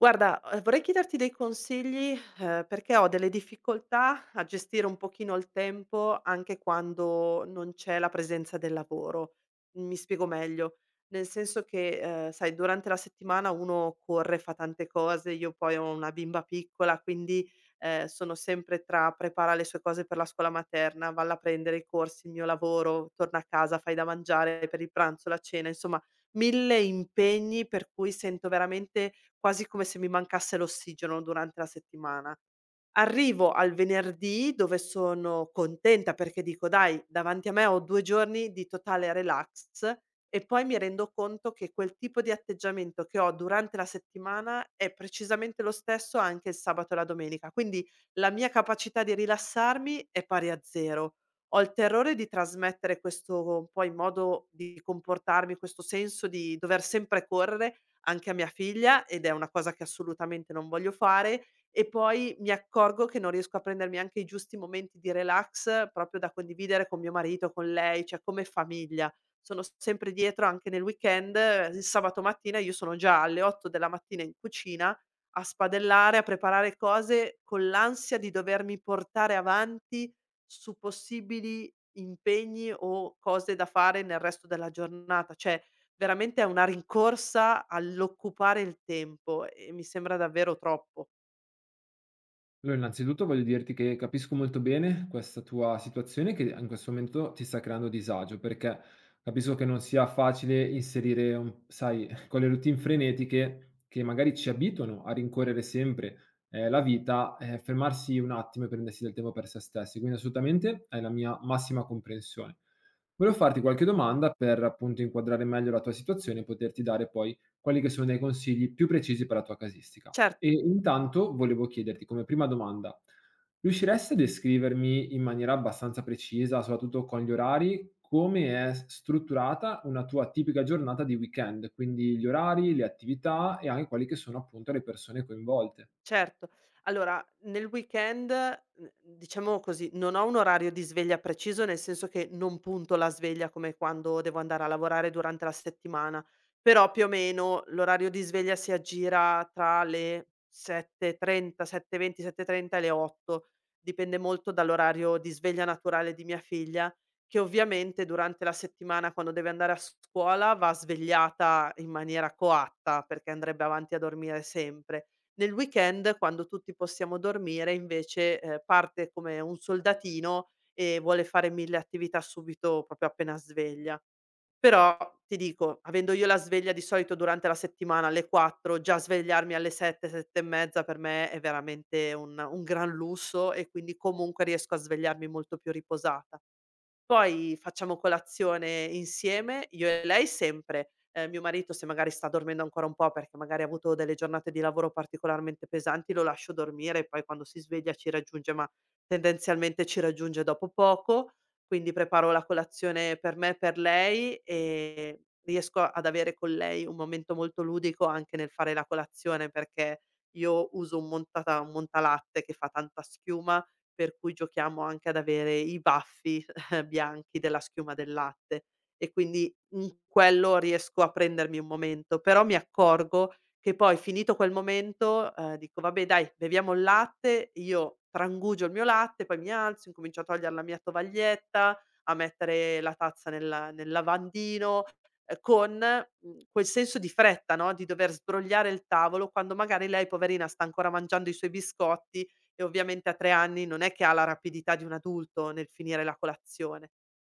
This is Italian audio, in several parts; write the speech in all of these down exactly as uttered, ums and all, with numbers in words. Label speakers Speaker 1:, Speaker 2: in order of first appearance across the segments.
Speaker 1: Guarda, uhm, vorrei chiederti dei consigli, ehm, perché ho delle difficoltà a gestire un pochino il tempo anche quando non c'è la presenza del lavoro. Mi spiego meglio, nel senso che, ehm, sai durante la settimana uno corre, fa tante cose, io poi ho una bimba piccola, quindi, ehm, sono sempre tra prepara le sue cose per la scuola materna, valla a prendere i corsi, il mio lavoro, torna a casa, fai da mangiare per il pranzo, la cena, insomma mille impegni per cui sento veramente quasi come se mi mancasse l'ossigeno durante la settimana. Arrivo al venerdì dove sono contenta perché dico: "Dai, davanti a me ho due giorni di totale relax", e poi mi rendo conto che quel tipo di atteggiamento che ho durante la settimana è precisamente lo stesso anche il sabato e la domenica. Quindi la mia capacità di rilassarmi è pari a zero. Ho il terrore di trasmettere questo poi modo di comportarmi, questo senso di dover sempre correre anche a mia figlia, ed è una cosa che assolutamente non voglio fare, e poi mi accorgo che non riesco a prendermi anche i giusti momenti di relax proprio da condividere con mio marito, con lei, cioè come famiglia. Sono sempre dietro anche nel weekend, eh, il sabato mattina io sono già alle otto della mattina in cucina a spadellare, a preparare cose con l'ansia di dovermi portare avanti su possibili impegni o cose da fare nel resto della giornata. Cioè veramente è una rincorsa all'occupare il tempo e mi sembra davvero troppo.
Speaker 2: Allora, innanzitutto voglio dirti che capisco molto bene questa tua situazione che in questo momento ti sta creando disagio, perché capisco che non sia facile inserire, un- sai, con le routine frenetiche che magari ci abituano a rincorrere sempre eh, la vita, eh, fermarsi un attimo e prendersi del tempo per se stessi. Quindi assolutamente hai la mia massima comprensione. Volevo farti qualche domanda per appunto inquadrare meglio la tua situazione e poterti dare poi quelli che sono dei consigli più precisi per la tua casistica.
Speaker 1: Certo,
Speaker 2: E intanto volevo chiederti come prima domanda, riusciresti a descrivermi in maniera abbastanza precisa, soprattutto con gli orari, come è s strutturata una tua tipica giornata di weekend? Quindi gli orari, le attività e anche quali che sono appunto le persone coinvolte.
Speaker 1: certo. Allora, nel weekend, mhmm, diciamo così, non ho un orario di sveglia preciso, nel senso che non punto la sveglia come quando devo andare a lavorare durante la settimana, però più o meno l'orario di sveglia si aggira tra le sette e trenta, sette e venti, sette e trenta e venti, sette e trenta e le otto. Dipende molto dall'orario di sveglia naturale di mia figlia, che ovviamente durante la settimana quando deve andare a scuola va svegliata in maniera coatta, perché andrebbe avanti a dormire sempre. Nel weekend, quando tutti possiamo dormire, invece, ehm, parte come un soldatino e vuole fare mille attività subito, proprio appena sveglia. Però, ti dico, avendo io la sveglia di solito durante la settimana alle quattro, già svegliarmi alle sette, sette e mezza per me è veramente un un gran lusso, e quindi comunque riesco a svegliarmi molto più riposata. Poi facciamo colazione insieme, io e lei sempre. Ehm, mio marito se magari sta dormendo ancora un po', perché magari ha avuto delle giornate di lavoro particolarmente pesanti, lo lascio dormire e poi quando si sveglia ci raggiunge, ma tendenzialmente ci raggiunge dopo poco. Quindi preparo la colazione per me e per lei, ehm, riesco ad avere con lei un momento molto ludico anche nel fare la colazione, perché io uso un montata un montalatte che fa tanta schiuma, per cui giochiamo anche ad avere i baffi eh, bianchi della schiuma del latte, e quindi in quello riesco a prendermi un momento, però mi accorgo che poi finito quel momento, ehm, dico: "Vabbè dai, beviamo il latte", io trangugio il mio latte, poi mi alzo, incomincio a togliere la mia tovaglietta, a mettere la tazza nella nel lavandino, ehm, con, mhmm, quel senso di fretta, no, di dover sbrogliare il tavolo, quando magari lei poverina sta ancora mangiando i suoi biscotti e ovviamente a tre anni non è che ha la rapidità di un adulto nel finire la colazione.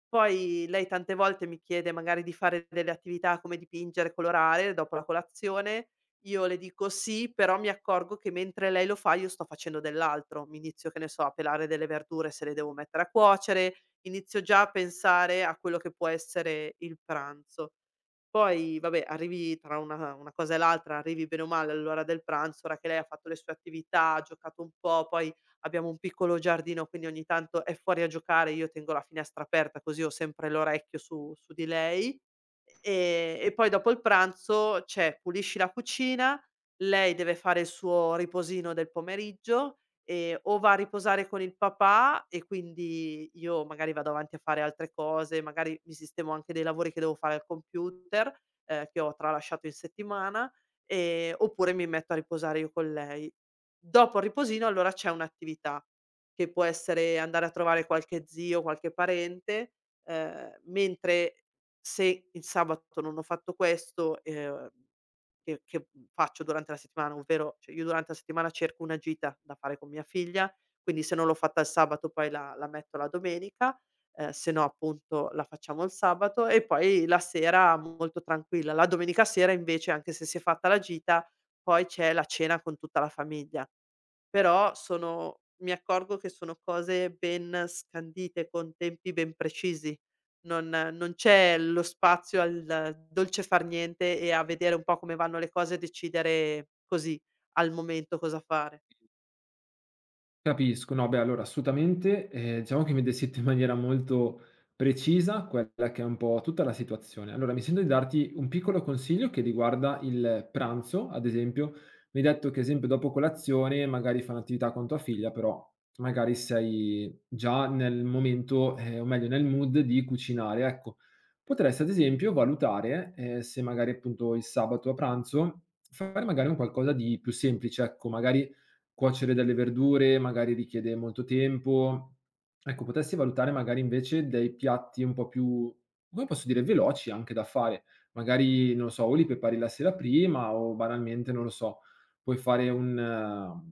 Speaker 1: Poi lei tante volte mi chiede magari di fare delle attività come dipingere, colorare dopo la colazione. Io le dico: "Sì", però mi accorgo che mentre lei lo fa io sto facendo dell'altro. Mi inizio, che ne so, a pelare delle verdure se le devo mettere a cuocere, inizio già a pensare a quello che può essere il pranzo. Poi vabbè, arrivi tra una una cosa e l'altra, arrivi bene o male all'ora del pranzo, ora che lei ha fatto le sue attività, ha giocato un po', poi abbiamo un piccolo giardino, quindi ogni tanto è fuori a giocare, io tengo la finestra aperta così ho sempre l'orecchio su su di lei. Ehm, e poi dopo il pranzo c'è pulisci la cucina, lei deve fare il suo riposino del pomeriggio, ehm, o va a riposare con il papà e quindi io magari vado avanti a fare altre cose, magari mi sistemo anche dei lavori che devo fare al computer, ehm, che ho tralasciato in settimana, ehm, oppure mi metto a riposare io con lei. Dopo il riposino allora c'è un'attività, che può essere andare a trovare qualche zio, qualche parente, ehm, mentre se il sabato non ho fatto questo, ehm, che che, mhmm, faccio durante la settimana, ovvero cioè io durante la settimana cerco una gita da fare con mia figlia, quindi se non l'ho fatta il sabato poi la la metto la domenica, ehm, se no appunto la facciamo il sabato e poi la sera molto tranquilla. La domenica sera invece, anche se si è fatta la gita, poi c'è la cena con tutta la famiglia. Però sono mi accorgo che sono cose ben scandite, con tempi ben precisi. Non non c'è lo spazio al dolce far niente e a vedere un po' come vanno le cose e decidere così, al momento, cosa fare.
Speaker 2: Capisco, no, beh, allora assolutamente, ehm, diciamo che mi descritta in maniera molto precisa quella che è un po' tutta la situazione. Allora mi sento di darti un piccolo consiglio che riguarda il pranzo, ad esempio. Mi hai detto che, ad esempio, dopo colazione magari fai un'attività con tua figlia, però magari sei già nel momento, ehm, o meglio nel mood di cucinare, ecco. Potresti ad esempio valutare, ehm, se magari appunto il sabato a pranzo fare magari un qualcosa di più semplice, ecco, magari cuocere delle verdure magari richiede molto tempo. Ecco, potessi valutare magari invece dei piatti un po' più come posso dire, veloci anche da fare. Magari, non lo so, o li prepari la sera prima o banalmente, non lo so, puoi fare un uhm,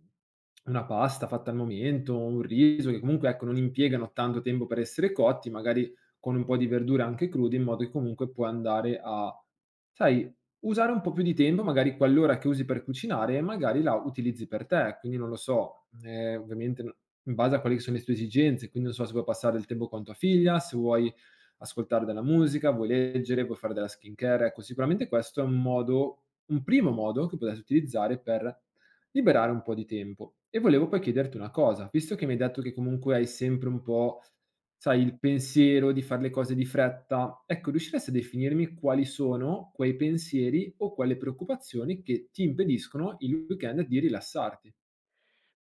Speaker 2: una pasta fatta al momento, un riso che comunque, ecco, non impiegano tanto tempo per essere cotti, magari con un po' di verdure anche crude, in modo che comunque puoi andare a sai usare un po' più di tempo, magari quell'ora che usi per cucinare, magari la utilizzi per te, quindi non lo so, ehm, ovviamente n in base a quelle che sono le tue esigenze, quindi non so se vuoi passare del tempo con tua figlia, se vuoi ascoltare della musica, vuoi leggere, vuoi fare della skincare, ecco sicuramente questo è un modo un primo modo che potresti utilizzare per liberare un po' di tempo. E volevo poi chiederti una cosa, visto che mi hai detto che comunque hai sempre un po' sai, il pensiero di far le cose di fretta. Ecco, riusciresti a definirmi quali sono quei pensieri o quelle preoccupazioni che ti impediscono il weekend di rilassarti?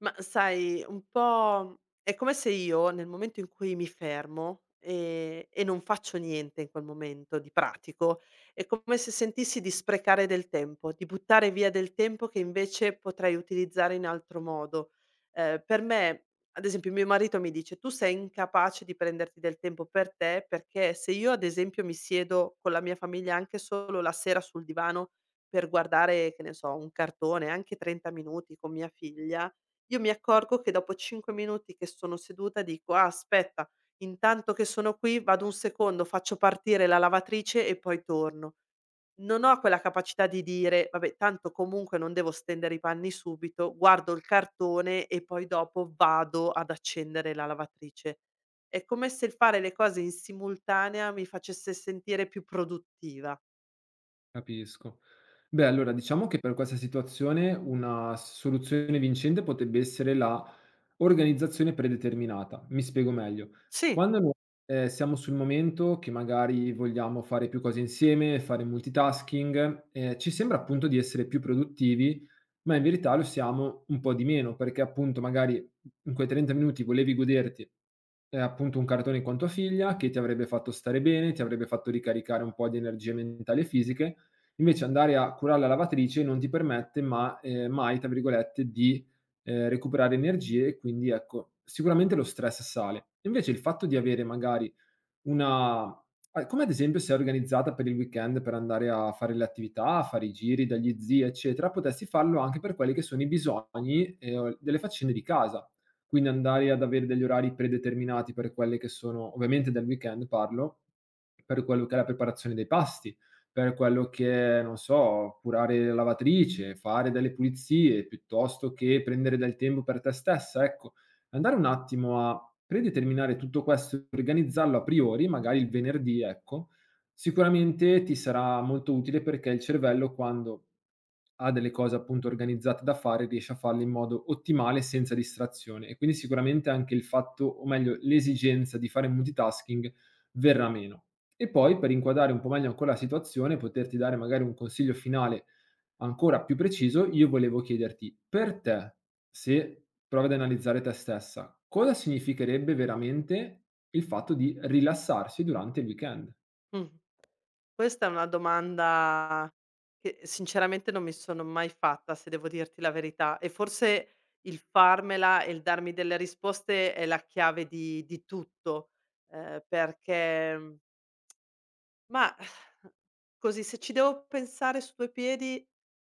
Speaker 1: Ma sai, un po' è come se io, nel momento in cui mi fermo, ehm, e non faccio niente in quel momento di pratico, è come se sentissi di sprecare del tempo, di buttare via del tempo che invece potrei utilizzare in altro modo. Ehm, per me ad esempio mio marito mi dice: "Tu sei incapace di prenderti del tempo per te, perché se io ad esempio mi siedo con la mia famiglia anche solo la sera sul divano per guardare, che ne so, un cartone, anche trenta minuti con mia figlia, io mi accorgo che dopo cinque minuti che sono seduta dico: "Ah, aspetta, intanto che sono qui vado un secondo, faccio partire la lavatrice e poi torno". Non ho quella capacità di dire: "Vabbè, tanto comunque non devo stendere i panni subito, guardo il cartone e poi dopo vado ad accendere la lavatrice". È come se il fare le cose in simultanea mi facesse sentire più produttiva.
Speaker 2: Capisco. Beh, allora diciamo che per questa situazione una soluzione vincente potrebbe essere la organizzazione predeterminata. Mi spiego meglio.
Speaker 1: Sì,
Speaker 2: Quando noi, ehm, siamo sul momento che magari vogliamo fare più cose insieme, fare multitasking, ehm, ci sembra appunto di essere più produttivi, ma in verità lo siamo un po' di meno, perché appunto magari in quei trenta minuti volevi goderti, ehm, appunto un cartone con tua figlia che ti avrebbe fatto stare bene, ti avrebbe fatto ricaricare un po' di energie mentali e fisiche, invece andare a curare la lavatrice non ti permette ma ehm, mai, tra virgolette, di, ehm, recuperare energie e quindi, ecco, sicuramente lo stress sale. Invece il fatto di avere magari una a come ad esempio se è organizzata per il weekend per andare a fare le attività, a fare i giri dagli zii, eccetera, potessi farlo anche per quelli che sono i bisogni, ehm, delle faccende di casa. Quindi andare ad avere degli orari predeterminati per quelle che sono ovviamente del weekend parlo, per quello che è la preparazione dei pasti, per quello che è, non so, curare la lavatrice, fare delle pulizie, piuttosto che prendere del tempo per te stessa, ecco. Andare un attimo a predeterminare tutto questo e organizzarlo a priori, magari il venerdì, ecco, sicuramente ti sarà molto utile perché il cervello quando ha delle cose appunto organizzate da fare riesce a farle in modo ottimale senza distrazione e quindi sicuramente anche il fatto, o meglio l'esigenza di fare multitasking verrà meno. E poi per inquadrare un po' meglio ancora la situazione, poterti dare magari un consiglio finale ancora più preciso, io volevo chiederti: per te, se provi ad analizzare te stessa, cosa significherebbe veramente il fatto di rilassarsi durante il weekend?
Speaker 1: mh. Questa è una domanda che sinceramente non mi sono mai fatta, se devo dirti la verità, e forse il farmela e il darmi delle risposte è la chiave di di tutto, ehm, perché Mah, così se ci devo pensare su due piedi,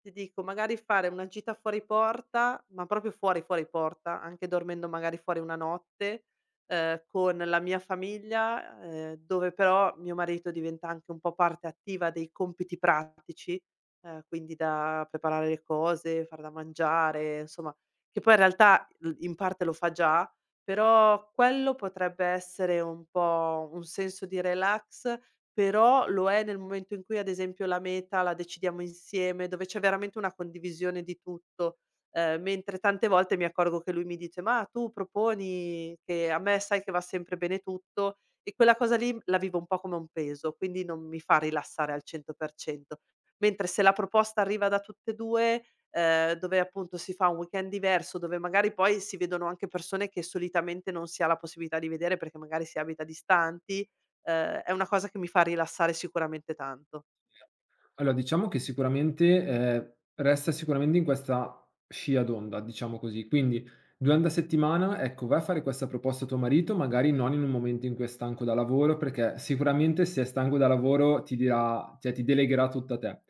Speaker 1: ti dico magari fare una gita fuori porta, ma proprio fuori, fuori porta, anche dormendo magari fuori una notte, ehm, con la mia famiglia, ehm, dove però mio marito diventa anche un po' parte attiva dei compiti pratici, ehm, quindi da preparare le cose, far da mangiare, insomma, che poi in realtà l in parte lo fa già, però quello potrebbe essere un po' un senso di relax, però lo è nel momento in cui, ad esempio, la meta la decidiamo insieme, dove c'è veramente una condivisione di tutto, ehm, mentre tante volte mi accorgo che lui mi dice: "Ma tu proponi che a me sai che va sempre bene tutto", e quella cosa lì la vivo un po' come un peso, quindi non mi fa rilassare al cento per cento. Mentre se la proposta arriva da tutte e due, ehm, dove appunto si fa un weekend diverso, dove magari poi si vedono anche persone che solitamente non si ha la possibilità di vedere perché magari si abita distanti, Ehm, è una cosa che mi fa rilassare sicuramente tanto.
Speaker 2: Allora, diciamo che sicuramente ehm, resta sicuramente in questa scia d'onda, diciamo così. Quindi, durante la settimana, ecco, vai a fare questa proposta a tuo marito, magari non in un momento in cui è stanco da lavoro, perché sicuramente se è stanco da lavoro ti dirà cioè ti delegherà tutto a te.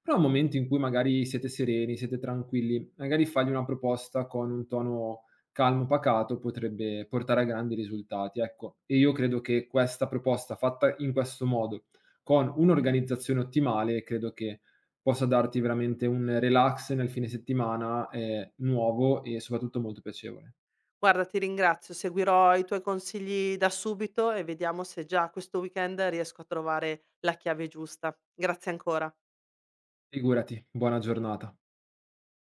Speaker 2: Però al momento in cui magari siete sereni, siete tranquilli, magari fargli una proposta con un tono calmo, pacato, potrebbe portare a grandi risultati, ecco. E io credo che questa proposta fatta in questo modo con un'organizzazione ottimale credo che possa darti veramente un relax nel fine settimana, ehm, nuovo e soprattutto molto piacevole.
Speaker 1: Guarda, ti ringrazio, seguirò i tuoi consigli da subito e vediamo se già questo weekend riesco a trovare la chiave giusta. Grazie ancora.
Speaker 2: Figurati, buona giornata.